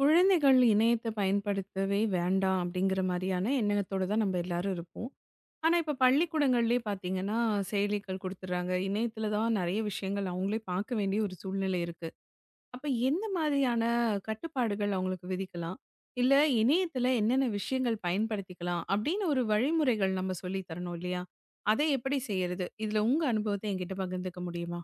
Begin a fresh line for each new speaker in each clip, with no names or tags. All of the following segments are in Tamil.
குழந்தைகள் இணையத்த பயன்படுத்தவே வேண்டாம் அப்படிங்கிற மாரியான எண்ணத்தோட தான் நம்ம எல்லாரும் இருப்போம். ஆனா, இப்ப பள்ளிக்கூடங்கள்லயே பார்த்தீங்கன்னா, செயலிகள் குடுத்துடுறாங்க. இணையத்தில தான் நெறைய விஷயங்கள் அவங்களே பார்க்க வேண்டிய ஒரு சூழ்நிலை இருக்கு. அப்ப எந்த மாதிரியான கட்டுப்பாடுகள் அவங்களுக்கு விதிக்கலாம்? இல்ல இணையத்தில என்னென்ன விஷயங்கள் பயன்படுத்திக்கலாம்? அப்படின்னு ஒரு வழிமுறைகள் நம்ம சொல்லி தரணும் இல்லையா? அத எப்படி செய்யறது? இதுல உங்க அனுபவத்த என்கிட்ட பகிர்ந்துக்க முடியுமா?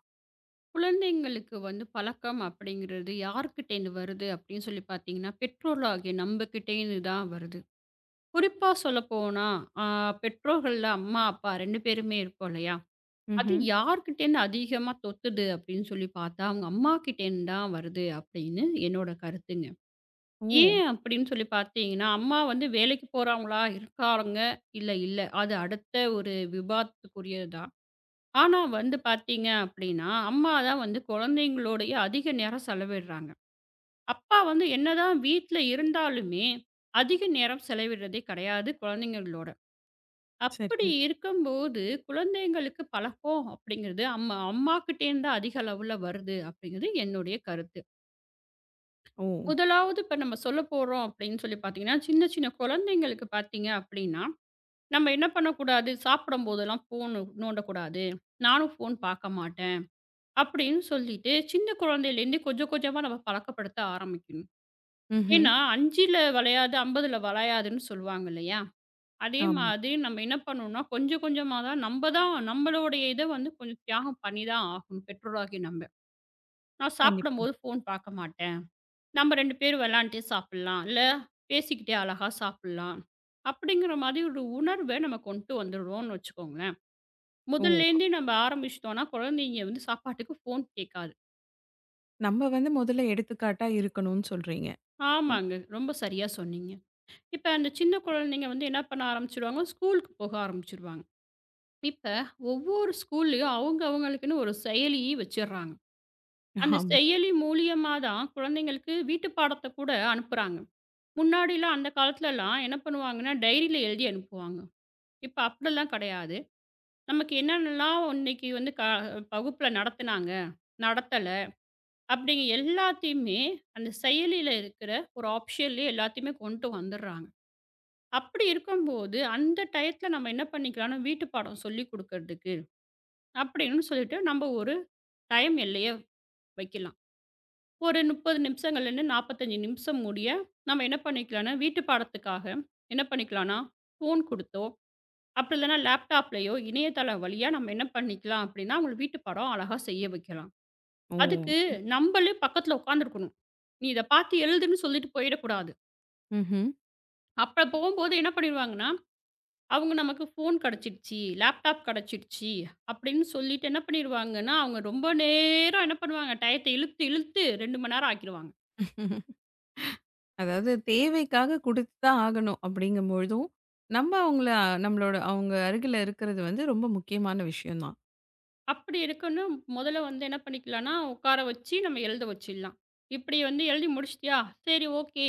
குழந்தைங்களுக்கு வந்து பழக்கம் அப்படிங்கிறது யார்கிட்டேருந்து வருது அப்படின்னு சொல்லி பார்த்தீங்கன்னா, பெற்றோர்களாகிய நம்மகிட்டேருந்து தான் வருது. குறிப்பா சொல்லப்போனா, ஆ பெற்றோர்கள்ல அம்மா, அப்பா 2 பேருமே இருப்போம் இல்லையா? அது
ம்ஹ்ம்.
யார்கிட்டேருந்து அதிகமா தொத்துது அப்படின்னு சொல்லி பார்த்தா, அவங்க அம்மாகிட்டேருந்து தான் வருது அப்படின்னு என்னோட கருத்துங்க.
ஓ!
ஏன் அப்படின்னு சொல்லி பார்த்தீங்கன்னா, அம்மா வந்து வேலைக்கு போறவங்களா இருக்காங்க, இல்ல இல்ல. அது அடுத்த ஒரு விவாதத்துக்குரியதா. ஆனா வந்து பார்த்தீங்க அப்படின்னா, அம்மா தான் வந்து குழந்தைங்களோடயே அதிக நேரம் செலவிடுறாங்க. அப்பா வந்து என்னதான் வீட்ல இருந்தாலுமே, அதிக நேரம் செலவிடுறதே கிடையாது குழந்தைங்களோட.
சரி.
அப்படி இருக்கும்போது, குழந்தைங்களுக்கு பழக்கம் அப்படிங்கிறது அம்மா அம்மாகிட்டேருந்து தான் அதிக அளவுல வருது அப்படிங்கிறது என்னுடைய கருத்து.
ஓ!
முதலாவது இப்ப நம்ம சொல்ல போறோம் அப்படின்னு சொல்லி பார்த்தீங்கன்னா, சின்ன சின்ன குழந்தைங்களுக்கு பார்த்தீங்க அப்படின்னா, நம்ம என்ன பண்ணக்கூடாது, சாப்பிடும்போதெல்லாம் ஃபோனு நோண்டக்கூடாது. நானும் ஃபோன் பார்க்க மாட்டேன். அப்படின்னு சொல்லிட்டு சின்ன குழந்தையிலேருந்து கொஞ்சம் கொஞ்சமா நம்ம பழக்கப்படுத்த ஆரம்பிக்கணும்.
ம்ஹ்ம்.
ஏன்னா, 5ல வளையாது, 50ல வளையாதுன்னு சொல்லுவாங்க இல்லையா? அதே
ஆமா.
மாதிரி நம்ம என்ன பண்ணணும்னா, கொஞ்சம் கொஞ்சமா தான் நம்மளுடைய இத வந்து கொஞ்சம் தியாகம் பண்ணி தான் ஆகணும், பெற்றோராகிய நம்ம. நான்
கண்டிப்பா.
சாப்பிடும்போது ஃபோன் பார்க்க மாட்டேன். நம்ம 2 பேரும் விளையாண்டுட்டே சாப்பிடலாம். இல்ல பேசிக்கிட்டே அழகா சாப்பிடலாம். அப்படிங்கிற மாதிரி ஒரு உணர்வ நம்ம கொண்டு வந்துடுவோம்னு வச்சுக்கோங்களேன்.
ஓ!
முதல்லேருந்தே நம்ம ஆரம்பிச்சுட்டோம்னா, குழந்தைங்க வந்து சாப்பாட்டுக்கு ஃபோன் கேட்காது.
நம்ம வந்து முதல்ல எடுத்துக்காட்டா இருக்கணும்னு சொல்றீங்க. ம்.
ஆமாங்க. ரொம்ப சரியா சொன்னீங்க. இப்ப அந்த சின்ன குழந்தைங்க வந்து என்ன பண்ண ஆரம்பிச்சுருவாங்க, ஸ்கூலுக்கு போக ஆரம்பிச்சுருவாங்க. இப்ப ஒவ்வொரு ஸ்கூல்லயும் அவங்க அவங்களுக்குன்னு ஒரு செயலி வச்சுர்றாங்க. அந்த
ஆமா.
செயலி மூலியமா தான் குழந்தைங்களுக்கு வீட்டு பாடத்த கூட அனுப்புறாங்க. முன்னாடிலாம் அந்த காலத்துலலாம் என்ன பண்ணுவாங்கன்னா, டைரியில எழுதி அனுப்புவாங்க. இப்ப அப்படிலாம் கிடையாது. நமக்கு என்னென்னலாம் இன்னைக்கு வந்து வகுப்புல நடத்துனாங்க, நடத்தல அப்படிங்க எல்லாத்தையுமே அந்த செயலியில இருக்கிற ஒரு ஆப்ஷன்லயே எல்லாத்தையுமே கொண்டு வந்துர்றாங்க. அப்படி இருக்கும்போது, அந்த டயத்துல நம்ம என்ன பண்ணிக்கலாம்னா, வீட்டு பாடம் சொல்லிக் குடுக்கறதுக்கு அப்படின்னு சொல்லிட்டு, நம்ம ஒரு டைம் எல்லைய வைக்கலாம். ஒரு 30 நிமிஷங்கள்லேருந்து 45 நிமிஷம் முடிய, நம்ம என்ன பண்ணிக்கலாம்னா, வீட்டு பாடத்துக்காக என்ன பண்ணிக்கலாம்னா, ஃபோன் குடுத்தோ, அப்படி இல்லைன்னா லேப்டாப்லயோ, இணையதளம் வழியா நம்ம என்ன பண்ணிக்கலாம் அப்படின்னா, அவங்கள வீட்டு பாடம் அழகா செய்ய வைக்கலாம்.
ஓ!
அதுக்கு நம்மளே பக்கத்துல உட்காந்துருக்கணும். "நீ இத பார்த்து எழுதுன்னு" சொல்லிட்டு போயிடக்கூடாது.
ம்ஹ்ம்.
அப்ப போகும்போது என்ன பண்ணிருவாங்கன்னா அவங்க நமக்கு ஃபோன் கிடைச்சிடுச்சு, லேப்டாப் கிடைச்சிடுச்சு அப்படின்னு சொல்லிட்டு என்ன பண்ணிருவாங்கன்னா, அவங்க ரொம்ப நேரம் என்ன பண்ணுவாங்க, டயத்த இழுத்து இழுத்து 2 மணி நேரம் ஆக்கிருவாங்க.
அதாவது தேவைக்காக குடுத்து தான் ஆகணும் அப்படிங்கும்பொழுதும், நம்ம அவங்கள நம்மளோட அவங்க அருகில இருக்கிறது வந்து ரொம்ப முக்கியமான விஷயம் தான்.
அப்படி இருக்குன்னு முதல்ல வந்து என்ன பண்ணிக்கலாம்னா, உட்கார வச்சு நம்ம எழுத வச்சிடலாம். இப்படி வந்து எழுதி முடிச்சிட்டியா? சரி, ஓகே.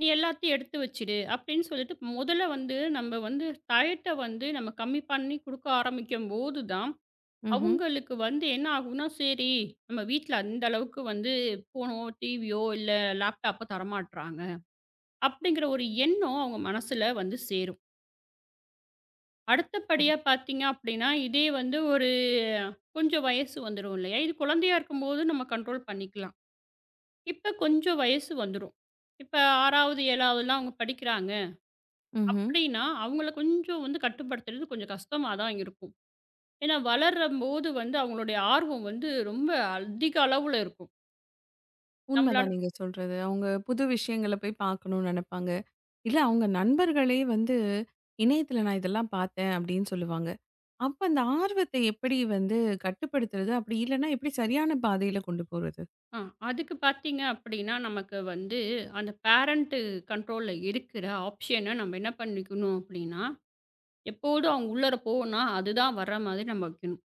நீ எல்லாத்தையும் எடுத்து வச்சிடு அப்படின்னு சொல்லிட்டு முதல்ல வந்து நம்ம வந்து டயத்த வந்து நம்ம கம்மி பண்ணி குடுக்க ஆரம்பிக்கும்போது தான்
ம்ஹ்ம்.
அவங்களுக்கு வந்து என்ன ஆகும்னா, சரி நம்ம வீட்ல அந்த அளவுக்கு வந்து ஃபோனோ, டிவியோ இல்ல லேப்டாப்போ தரமாட்றாங்க. அப்படிங்கிற ஒரு எண்ணம் அவங்க மனசுல வந்து சேரும். அடுத்தபடியா பார்த்தீங்க அப்படின்னா, இதே வந்து ஒரு கொஞ்சம் வயசு வந்துரும் இல்லையா? இது குழந்தையா இருக்கும்போது நம்ம கண்ட்ரோல் பண்ணிக்கலாம். இப்ப கொஞ்சம் வயசு வந்துரும். இப்ப 6வது, 7வதுலாம் அவங்க படிக்கிறாங்க
ம்ஹ்ம்.
அப்படின்னா, அவங்கள கொஞ்சம் வந்து கட்டுப்படுத்துறது கொஞ்சம் கஷ்டமா தான் இருக்கும். ஏன்னா வளரும்போது வந்து அவங்களுடைய ஆர்வம் வந்து ரொம்ப அதிக அளவுல இருக்கும்.
உண்மதான்
நம்மளால
நீங்க சொல்றது. அவங்க புது விஷயங்கள போய் பார்க்கணும்னு நெனைப்பாங்க. இல்ல அவங்க நண்பர்களே வந்து இணையத்துல நான் இதெல்லாம் பார்த்தேன் அப்படின்னு சொல்லுவாங்க. அப்ப அந்த ஆர்வத்தை எப்படி வந்து கட்டுப்படுத்துறது? அப்படி இல்லன்னா எப்படி சரியான பாதையில கொண்டு போறது?
ஆ அதுக்கு பார்த்தீங்க அப்படின்னா, நமக்கு வந்து அந்த பேரண்ட் கண்ட்ரோல்ல இருக்கிற ஆப்ஷன நம்ம என்ன பண்ணிக்கணும் அப்படின்னா, எப்போதும் அவங்க உள்ளார போனா, அதுதான் வர்ற மாதிரி நம்ம வைக்கணும்.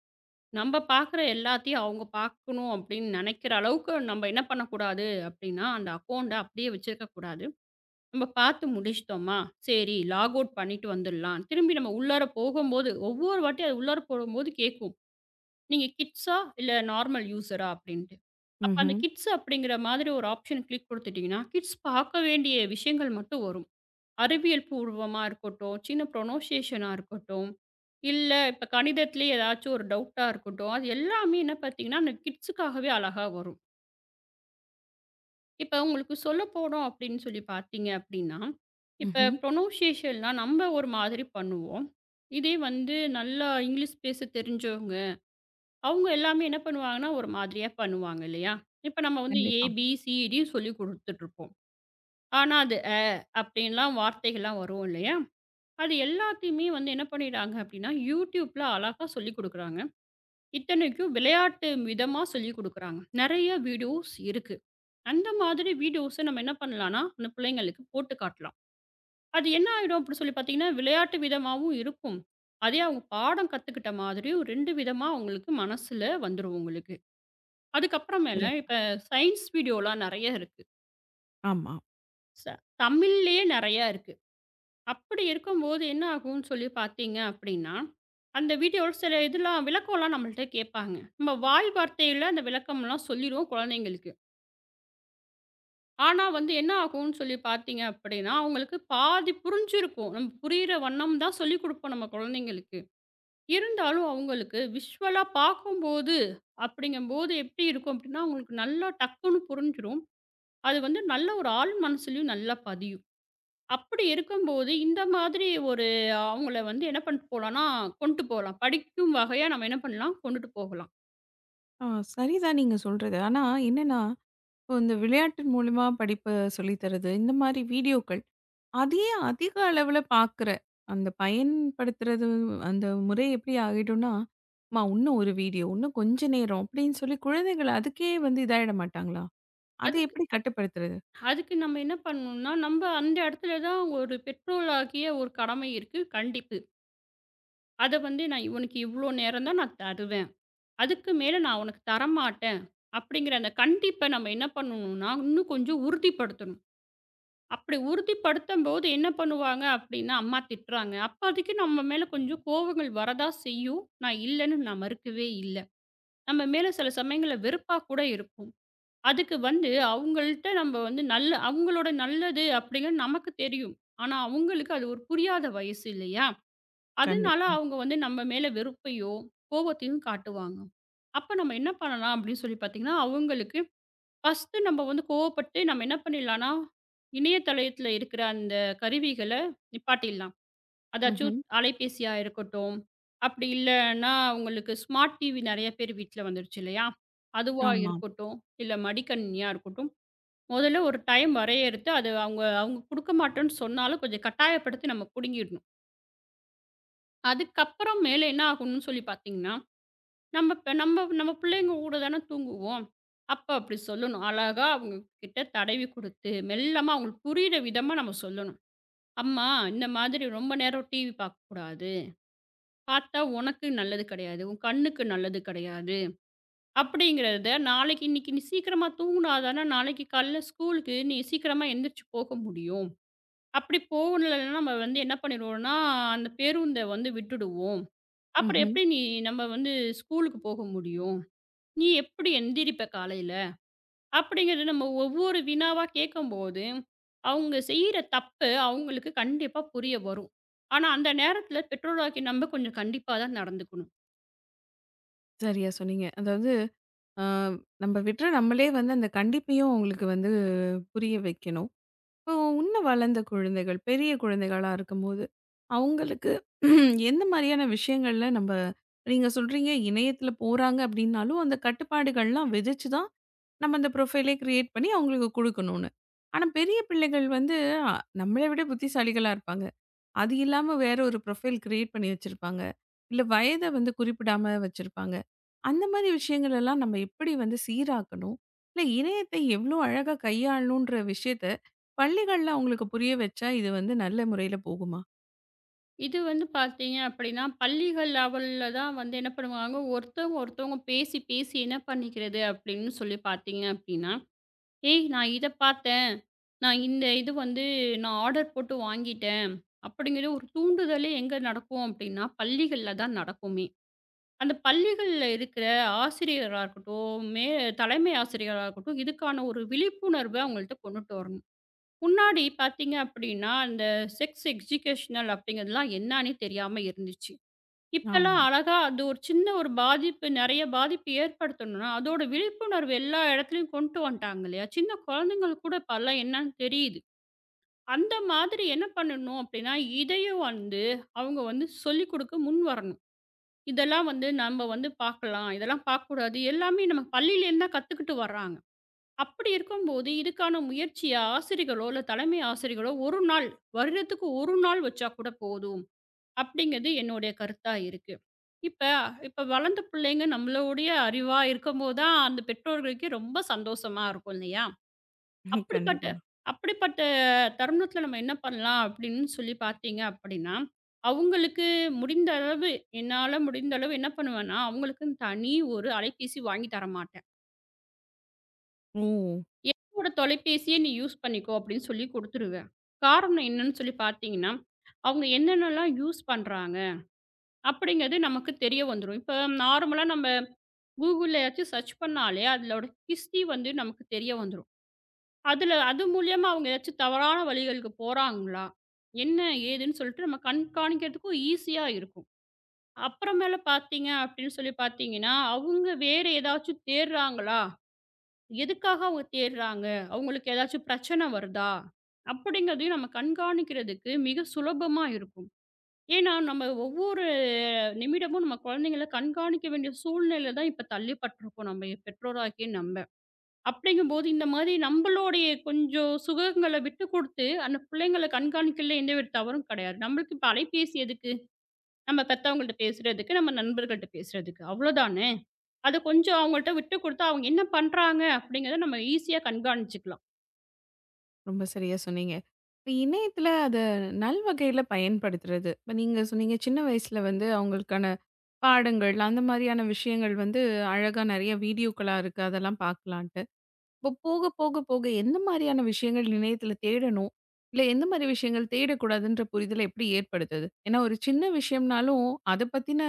நம்ம பார்க்குற எல்லாத்தையும் அவங்க பார்க்கணும் அப்படின்னு நினைக்கிற அளவுக்கு நம்ம என்ன பண்ணக்கூடாது அப்படின்னா, அந்த அக்கவுண்ட்ட அப்படியே வச்சிருக்கக்கூடாது. நம்ம பார்த்து முடிச்சுட்டோமா, சரி லாக் அவுட் பண்ணிட்டு வந்துடலாம். திரும்பி நம்ம உள்ளார போகும்போது, ஒவ்வொரு வாட்டியும் அது உள்ளார போகும்போது கேட்கும். நீங்க கிட்ஸா? இல்ல நார்மல் யூசரா? அப்டின்ட்டு. அப்ப அந்த
ம்ஹ்ம்.
கிட்ஸ் அப்படிங்கிற மாதிரி ஒரு ஆப்ஷன் கிளிக் குடுத்துட்டீங்கன்னா, கிட்ஸ் பார்க்க வேண்டிய விஷயங்கள் மட்டும் வரும். அறிவியல் பூர்வமா இருக்கட்டும், சின்ன ப்ரொனவுன்சியேஷனா இருக்கட்டும், இல்ல இப்ப கணிதத்திலே ஏதாச்சும் ஒரு டவுட்டா இருக்கட்டும், அது எல்லாமே என்ன பார்த்தீங்கன்னா, அந்த கிட்ஸுக்காகவே அழகா வரும். இப்ப உங்களுக்கு சொல்லப்போனோம் அப்படின்னு சொல்லி பார்த்தீங்க அப்படின்னா, இப்ப
ம்ஹ்ம்.
ப்ரொனவுன்சியேஷன்லாம் நம்ம ஒரு மாதிரி பண்ணுவோம். இதே வந்து நல்லா இங்கிலீஷ் பேச தெரிஞ்சவங்க அவங்க எல்லாமே என்ன பண்ணுவாங்கன்னா, ஒரு மாதிரியா பண்ணுவாங்க இல்லையா? இப்ப நம்ம வந்து ஏ,
கண்டிப்பா.
பி, சி, டி சொல்லி குடுத்துட்டுருப்போம். ஆனா, அது அப்படின்லாம் வார்த்தைகள்லாம் வரும் இல்லையா? அது எல்லாத்தையுமே வந்து என்ன பண்ணிடுறாங்க அப்படின்னா, YouTubeல அழகா சொல்லிக் குடுக்குறாங்க. இத்தனைக்கும் விளையாட்டு விதமா சொல்லிக் குடுக்குறாங்க. நெறைய வீடியோஸ் இருக்கு. அந்த மாதிரி வீடியோஸ நம்ம என்ன பண்ணலாம்னா, அந்த பிள்ளைங்களுக்கு போட்டு காட்டலாம். அது என்ன ஆயிடும் அப்படின்னு சொல்லி பார்த்தீங்கன்னா, விளையாட்டு விதமாவும் இருக்கும். அதே அவங்க பாடம் கத்துக்கிட்ட மாதிரியும் 2 விதமா அவங்களுக்கு மனசுல வந்துரும் உங்களுக்கு. அதுக்கப்புறமேல
சிறப்பு.
இப்ப சயின்ஸ் வீடியோலாம் நெறைய இருக்கு.
ஆமா.
ச தமிழ்லயே நெறையா இருக்கு. அப்படி இருக்கும்போது என்ன ஆகும்ன்னு சொல்லி பார்த்தீங்க அப்படின்னா, அந்த வீடியோல சில இதெல்லாம் விளக்கம்லாம் நம்மள்ட்ட கேட்பாங்க. நம்ம வாய் வார்த்தையில அந்த விளக்கம்லாம் சொல்லிருவோம் குழந்தைங்களுக்கு. ஆனா வந்து என்ன ஆகும்ன்னு சொல்லி பார்த்தீங்க அப்படின்னா, அவங்களுக்கு பாதி புரிஞ்சிருக்கும். நம்ம புரியிற வண்ணம் தான் சொல்லிக் குடுப்போம் நம்ம குழந்தைங்களுக்கு. இருந்தாலும் அவங்களுக்கு விஷுவலா பார்க்கும்போது அப்படிங்கும்போது எப்படி இருக்கும் அப்படின்னா, அவங்களுக்கு நல்லா டக்குன்னு புரிஞ்சிரும். அது வந்து நல்ல ஒரு ஆள் மனசுலயும் நல்லா பதியும். அப்படி இருக்கும்போது, இந்த மாதிரி ஒரு அவங்கள வந்து என்ன பண்ணிட்டு போலான்னா, கொண்டு போலாம். படிக்கும் வகையா நம்ம என்ன பண்ணலாம், கொண்டுட்டு போகலாம்.
ஆ சரிதான் நீங்க சொல்றது. ஆனா என்னன்னா, இப்போ இந்த விளையாட்டின் மூலியமா படிப்ப சொல்லி தர்றது, இந்த மாரி வீடியோக்கள். அதையே அதிக அளவுல பார்க்குற, அந்த பயன்படுத்துறது அந்த முறை எப்படி ஆகிடும்னா, அம்மா இன்னும் ஒரு வீடியோ, இன்னும் கொஞ்ச நேரம் அப்படின்னு சொல்லி குழந்தைகள் அதுக்கே வந்து இதாயிட மாட்டாங்களா? அதை
அதுக்கு
எப்படி கட்டுப்படுத்துறது?
அதுக்கு நம்ம என்ன பண்ணணும்னா, நம்ப அந்த இடத்துல தான் ஒரு பெற்றோளாகிய ஒரு கடமை இருக்கு, கண்டிப்பு. அத வந்து நான் இவனுக்கு இவ்ளோ நேரம் தான் நான் தருவேன். அதுக்கு மேல நான் உனக்கு தரமாட்டேன். அப்படிங்கிற அந்த கண்டிப்ப நம்ம என்ன பண்ணணும்னா, இன்னும் கொஞ்சம் உறுதிப்படுத்தணும். அப்படி உறுதிப்படுத்தும்போது என்ன பண்ணுவாங்க அப்படின்னா, அம்மா திட்டுறாங்க. அப்போதைக்கு நம்ம மேல கொஞ்சம் கோவங்கள் வரதான் செய்யும். நான் இல்லன்னு நான் மறுக்கவே இல்ல. நம்ம மேல சில சமயங்கள்ல வெறுப்பா கூட இருக்கும். அதுக்கு வந்து அவங்கள்ட்ட நம்ம வந்து நல்ல அவங்களோட நல்லது அப்படிங்கிறது நமக்கு தெரியும். ஆனா, அவங்களுக்கு அது ஒரு புரியாத வயசு இல்லையா? அதனால
கண்டிப்பா.
அவங்க வந்து நம்ம மேல வெறுப்பையோ, கோவத்தையும் காட்டுவாங்க. அப்ப நம்ம என்ன பண்ணலாம் அப்படின்னு சொல்லி பார்த்தீங்கன்னா, அவங்களுக்கு ஃபர்ஸ்ட்டு நம்ம வந்து கோவப்பட்டு நம்ம என்ன பண்ணிடலாம்னா, இணைய தளயத்துல இருக்கிற அந்த கருவிகள நிப்பாட்டிடலாம். அதாச்சும்
ம்ஹ்ம்.
அலைபேசியா இருக்கட்டும், அப்படி இல்லன்னா உங்களுக்கு ஸ்மார்ட் டிவி நெறைய பேர் வீட்ல வந்துருச்சு இல்லையா? அதுவா
ஆமா.
இருக்கட்டும், இல்ல மடிக்கணினியா இருக்கட்டும், முதல்ல ஒரு டைம் வரையறுத்து அது அவங்க அவங்க குடுக்க மாட்டோம்ன்னு சொன்னாலும் கொஞ்சம் கட்டாயப்படுத்தி நம்ம புடுங்கிடணும். அதுக்கப்புறம் மேல என்ன ஆகும்னு சொல்லி பார்த்தீங்கன்னா நம்ம இப்ப நம்ம நம்ம பிள்ளைங்க கூட தானே தூங்குவோம். அப்ப அப்படி சொல்லணும். அழகா அவங்க கிட்ட தடவி குடுத்து, மெல்லமா அவங்களுக்கு புரியிற விதமா நம்ம சொல்லணும். "அம்மா, இந்த மாதிரி ரொம்ப நேரம் டிவி பார்க்கக்கூடாது. பார்த்தா உனக்கு நல்லது கிடையாது. உன் கண்ணுக்கு நல்லது கிடையாது". அப்படிங்கிறத நாளைக்கு இன்னைக்கு நீ சீக்கிரமா தூங்குனா தானே நாளைக்கு காலையில ஸ்கூலுக்கு நீ சீக்கிரமா எந்திரிச்சு போக முடியும். அப்படி போகலன்னா நம்ம வந்து என்ன பண்ணிருவோம்னா, அந்த பேருந்த வந்து விட்டுடுவோம். அப்புறம்
ம்ஹ்ம்.
எப்படி நீ நம்ம வந்து ஸ்கூலுக்கு போக முடியும்? "நீ எப்படி எந்திரிப்ப காலையில?" அப்படிங்கிறது நம்ம ஒவ்வொரு வினாவா கேட்கும்போது, அவங்க செய்ற தப்பு அவங்களுக்கு கண்டிப்பா புரிய வரும். ஆனா, அந்த நேரத்தில பெற்றோராகிய நம்ம கொஞ்சம் கண்டிப்பா தான் நடந்துக்கணும்.
சரியா சொன்னீங்க. அதாவது, அ நம்ம விட்ற நம்மளே வந்து அந்த கண்டிப்பையும் அவங்களுக்கு வந்து புரிய வைக்கணும். இப்போ உன்ன வளர்ந்த குழந்தைகள், பெரிய குழந்தைகளா இருக்கும்போது, அவங்களுக்கு எந்த மாதிரியான விஷயங்கள்ல நம்ப நீங்க சொல்றீங்க இணையத்தில போறாங்க அப்படின்னாலும், அந்த கட்டுப்பாடுகள்லாம் விதிச்சு தான் நம்ம அந்த ப்ரொஃபைலே கிரியேட் பண்ணி அவங்களுக்கு குடுக்கணும்னு. ஆனா பெரிய பிள்ளைகள் வந்து, அ நம்மள விட புத்திசாலிகளா இருப்பாங்க. அது இல்லாம வேற ஒரு ப்ரொஃபைல் கிரியேட் பண்ணி வச்சிருப்பாங்க. இல்ல வயத வந்து குறிப்பிடாம வச்சிருப்பாங்க. அந்த மாரி விஷயங்கள் எல்லாம் நம்ம எப்படி வந்து சீராக்கணும்? இல்ல இணையத்தை எவ்ளோ அழகா கையாளணுன்ற விஷயத்த பள்ளிகள்ல அவங்களுக்கு புரிய வச்சா, இது வந்து நல்ல முறையில போகுமா?
இது வந்து பார்த்தீங்க அப்படின்னா, பள்ளிகள் லெவல்ல தான் வந்து என்ன பண்ணுவாங்க, ஒருத்தவங்க ஒருத்தவங்க பேசி பேசி என்ன பண்ணிக்கிறது அப்படின்னு சொல்லி பார்த்தீங்க அப்படின்னா, "ஏய் நான் இத பார்த்தேன். நான் இந்த இது வந்து நான் ஆர்டர் போட்டு வாங்கிட்டேன்." அப்படிங்கிற ஒரு தூண்டுதலே எங்க நடக்கும் அப்படின்னா, பள்ளிகள்ல தான் நடக்குமே! அந்த பள்ளிகள்ல இருக்கிற ஆசிரியரா இருக்கட்டும், தலைமை ஆசிரியரா இருக்கட்டும், இதுக்கான ஒரு விழிப்புணர்வ அவங்கள்ட்ட கொண்டுட்டு வரணும். முன்னாடி பார்த்தீங்க அப்படின்னா, அந்த செக்ஸ் எஜுகேஷனல் அப்படிங்கிறதுலாம் என்னான்னே தெரியாம இருந்துச்சு. இப்பல்லாம்
ஆமா.
அழகா அது ஒரு சின்ன ஒரு பாதிப்பு நெறைய பாதிப்பு ஏற்படுத்தணும்னா, அதோட விழிப்புணர்வு எல்லா இடத்துலயும் கொண்டு வந்துட்டாங்க இல்லையா? சின்ன குழந்தைங்களுக்கு கூட இப்பல்லாம் என்னன்னு தெரியுது. அந்த மாதிரி என்ன பண்ணணும் அப்படின்னா, இதையும் வந்து அவங்க வந்து சொல்லிக் குடுக்க முன் வரணும். இதெல்லாம் வந்து நம்ம வந்து பார்க்கலாம். இதெல்லாம் பார்க்கக்கூடாது. எல்லாமே நம்ம பள்ளியிலேருந்து தான் கத்துக்கிட்டு வர்றாங்க. அப்படி இருக்கும்போது, இதுக்கான முயற்சிய ஆசிரியர்களோ, இல்ல தலைமை ஆசிரியர்களோ 1 நாள், வருடத்துக்கு 1 நாள் வச்சா கூட போதும். அப்படிங்கிறது என்னுடைய கருத்தா இருக்கு. இப்ப இப்ப வளர்ந்த பிள்ளைங்க நம்மளுடைய அறிவா இருக்கும்போது தான், அந்த பெற்றோர்களுக்கே ரொம்ப சந்தோஷமா இருக்கும் இல்லையா?
ம்,
அப்படிப்பட்ட
கண்டிப்பா.
அப்படிப்பட்ட தருணத்தில நம்ம என்ன பண்ணலாம் அப்படின்னு சொல்லி பார்த்தீங்க அப்படின்னா, அவங்களுக்கு முடிந்த அளவு என்னால முடிந்த அளவு என்ன பண்ணுவேன்னா, அவங்களுக்குன்னு தனி ஒரு அலைபேசி வாங்கி தரமாட்டேன்.
ஓ!
என்னோட தொலைபேசிய நீ யூஸ் பண்ணிக்கோ அப்படின்னு சொல்லி குடுத்துருவேன். காரணம் என்னன்னு சொல்லி பார்த்தீங்கன்னா, அவங்க என்னென்னலாம் யூஸ் பண்றாங்க அப்படிங்கிறது நமக்கு தெரிய வந்துரும். இப்ப நார்மலா நம்ம Googleலயாச்சும் சர்ச் பண்ணாலே அதோட ஹிஸ்டரி வந்து நமக்கு தெரிய வந்துரும். அதுல அது மூலியமா அவங்க ஏதாச்சும் தவறான வழிகளுக்கு போறாங்களா? என்ன? ஏதுன்னு சொல்லிட்டு நம்ம கண்காணிக்கிறதுக்கும் ஈஸியா இருக்கும். அப்புறமேல பார்த்தீங்க அப்படின்னு சொல்லி பார்த்தீங்கன்னா, அவங்க வேற ஏதாச்சும் தேடுறாங்களா? எதுக்காக அவங்க தேடுறாங்க? அவங்களுக்கு ஏதாச்சும் பிரச்சனை வருதா? அப்படிங்கிறதையும் நம்ம கண்காணிக்கிறதுக்கு மிக சுலபமா இருக்கும். ஏன்னா, நம்ம ஒவ்வொரு நிமிடமும் நம்ம குழந்தைங்கள கண்காணிக்க வேண்டிய சூழ்நிலையில தான் இப்ப தள்ளப்பட்டிருக்கோம் நம்ம பெற்றோராகிய நம்ம. அப்படிங்கும்போது இந்த மாதிரி நம்மளுடைய கொஞ்சம் சுகங்களை விட்டு கொடுத்து, அந்த பிள்ளைங்கள கண்காணிக்கிறதுல எந்த ஒரு தவறும் கிடையாது. நம்மளுக்கு இப்ப அலைபேசி எதுக்கு? நம்ம பெத்தவங்கள்ட்ட பேசுறதுக்கு, நம்ம நண்பர்கள்ட்ட பேசுறதுக்கு அவ்வளோதானே! அத கொஞ்சம் அவங்கள்ட்ட விட்டு கொடுத்தா, அவங்க என்ன பண்றாங்க அப்படிங்கிறத நம்ம ஈஸியா கண்காணிச்சுக்கலாம்.
ரொம்ப சரியா சொன்னீங்க. இப்ப இணையத்துல அத நல்வகையில பயன்படுத்துறது. இப்ப நீங்க சொன்னீங்க சின்ன வயசுல வந்து அவங்களுக்கான பாடங்கள், அந்த மாரியான விஷயங்கள் வந்து அழகா நெறைய வீடியோக்களா இருக்கு. அதெல்லாம் பார்க்கலான்ட்டு. இப்போ போக போக போக எந்த மாதிரியான விஷயங்கள் இணையத்துல தேடணும்? இல்ல எந்த மாதிரி விஷயங்கள் தேடக்கூடாதுன்ற புரிதல எப்படி ஏற்படுத்துது? ஏன்னா ஒரு சின்ன விஷயம்னாலும், அத பத்தின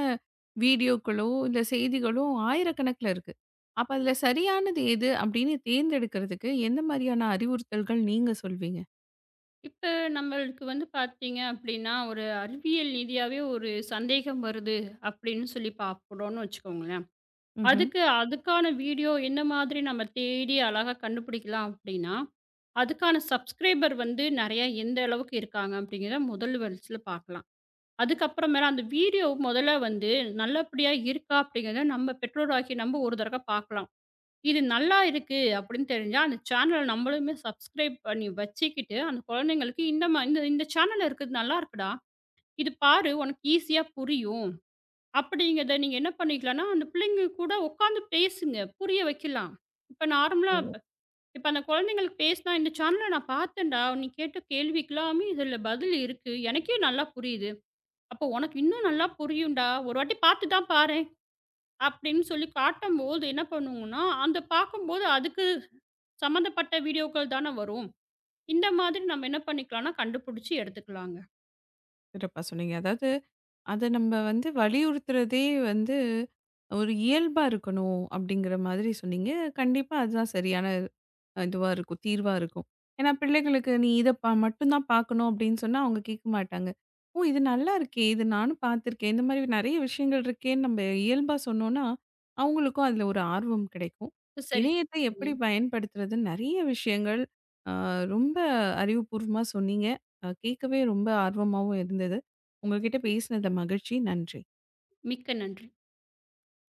வீடியோக்களோ, இல்ல செய்திகளோ ஆயிரக்கணக்குல இருக்கு. அப்ப அதுல சரியானது எது அப்படின்னு தேர்ந்தெடுக்கிறதுக்கு எந்த மாதிரியான அறிவுறுத்தல்கள் நீங்க சொல்வீங்க?
இப்ப நம்மளுக்கு வந்து பார்த்தீங்க அப்படின்னா, ஒரு அறிவியல் ரீதியாவே ஒரு சந்தேகம் வருது அப்படின்னு சொல்லி பார்க்குறோம்னு வச்சுக்கோங்களேன்.
ம்ஹ்ம்.
அதுக்கு அதுக்கான வீடியோ என்ன மாதிரி நம்ம தேடி அழகா கண்டுபிடிக்கலாம் அப்படின்னா, அதுக்கான சப்ஸ்கிரைபர் வந்து நெறையா எந்த அளவுக்கு இருக்காங்க அப்படிங்கிறத முதல் வரிசையில பார்க்கலாம். அதுக்கப்புறமேல அந்த வீடியோ முதல்ல வந்து நல்லபடியா இருக்கா அப்படிங்கிறத நம்ம பெற்றோராகிய நம்ம ஒரு தடவ பார்க்கலாம். இது நல்லா இருக்கு அப்படின்னு தெரிஞ்சா, அந்த சேனல நம்மளுமே சப்ஸ்கிரைப் பண்ணி வச்சுக்கிட்டு, அந்த குழந்தைங்களுக்கு இந்த மா இந்த இந்த சேனல்ல இருக்கிறது நல்லா இருக்குடா. இது பாரு உனக்கு ஈஸியா புரியும். அப்படிங்கிறத நீங்க என்ன பண்ணிக்கலாம்னா, அந்த பிள்ளைங்க கூட உட்காந்து பேசுங்க. புரிய வைக்கலாம். இப்ப நார்மலா இப்ப அந்த குழந்தைங்களுக்கு பேசினா, "இந்த சேனல்ல நான் பார்த்தேன்டா. நீ கேட்ட கேள்விக்கெல்லாமே இதுல பதில் இருக்கு. எனக்கே நல்லா புரியுது. அப்போ உனக்கு இன்னும் நல்லா புரியும்டா. ஒரு வாட்டி பார்த்து தான் பாரேன்." அப்படின்னு சொல்லி காட்டும்போது என்ன பண்ணுவோம்னா, அந்த பார்க்கும்போது அதுக்கு சம்மந்தப்பட்ட வீடியோக்கள் தானே வரும். இந்த மாதிரி நம்ம என்ன பண்ணிக்கலாம்னா, கண்டுபிடிச்சு எடுத்துக்கலாங்க.
சிறப்பா சொன்னீங்க. அதாவது அத நம்ம வந்து வலியுறுத்துறதே வந்து ஒரு இயல்பா இருக்கணும் அப்படிங்கிற மாதிரி சொன்னீங்க. கண்டிப்பா அதுதான் சரியான இதுவா இருக்கும், தீர்வா இருக்கும். ஏன்னா பிள்ளைகளுக்கு நீ இத மட்டும் தான் பார்க்கணும் அப்படின்னு சொன்னா அவங்க கேட்க மாட்டாங்க. ஓ! இது நல்லா இருக்கே! இது நானும் பார்த்துருக்கேன். இந்த மாதிரி நெறைய விஷயங்கள் இருக்கேன்னு நம்ம இயல்பா சொன்னோம்னா, அவங்களுக்கும் அதுல ஒரு ஆர்வம் கிடைக்கும்.
சரி.
இணையத்தை எப்படி பயன்படுத்துறது நெறைய விஷயங்கள் அ ரொம்ப அறிவுபூர்வமா சொன்னீங்க. கேட்கவே ரொம்ப ஆர்வமாவும் இருந்தது. உங்ககிட்ட பேசினது மகிழ்ச்சி. நன்றி.
மிக்க நன்றி.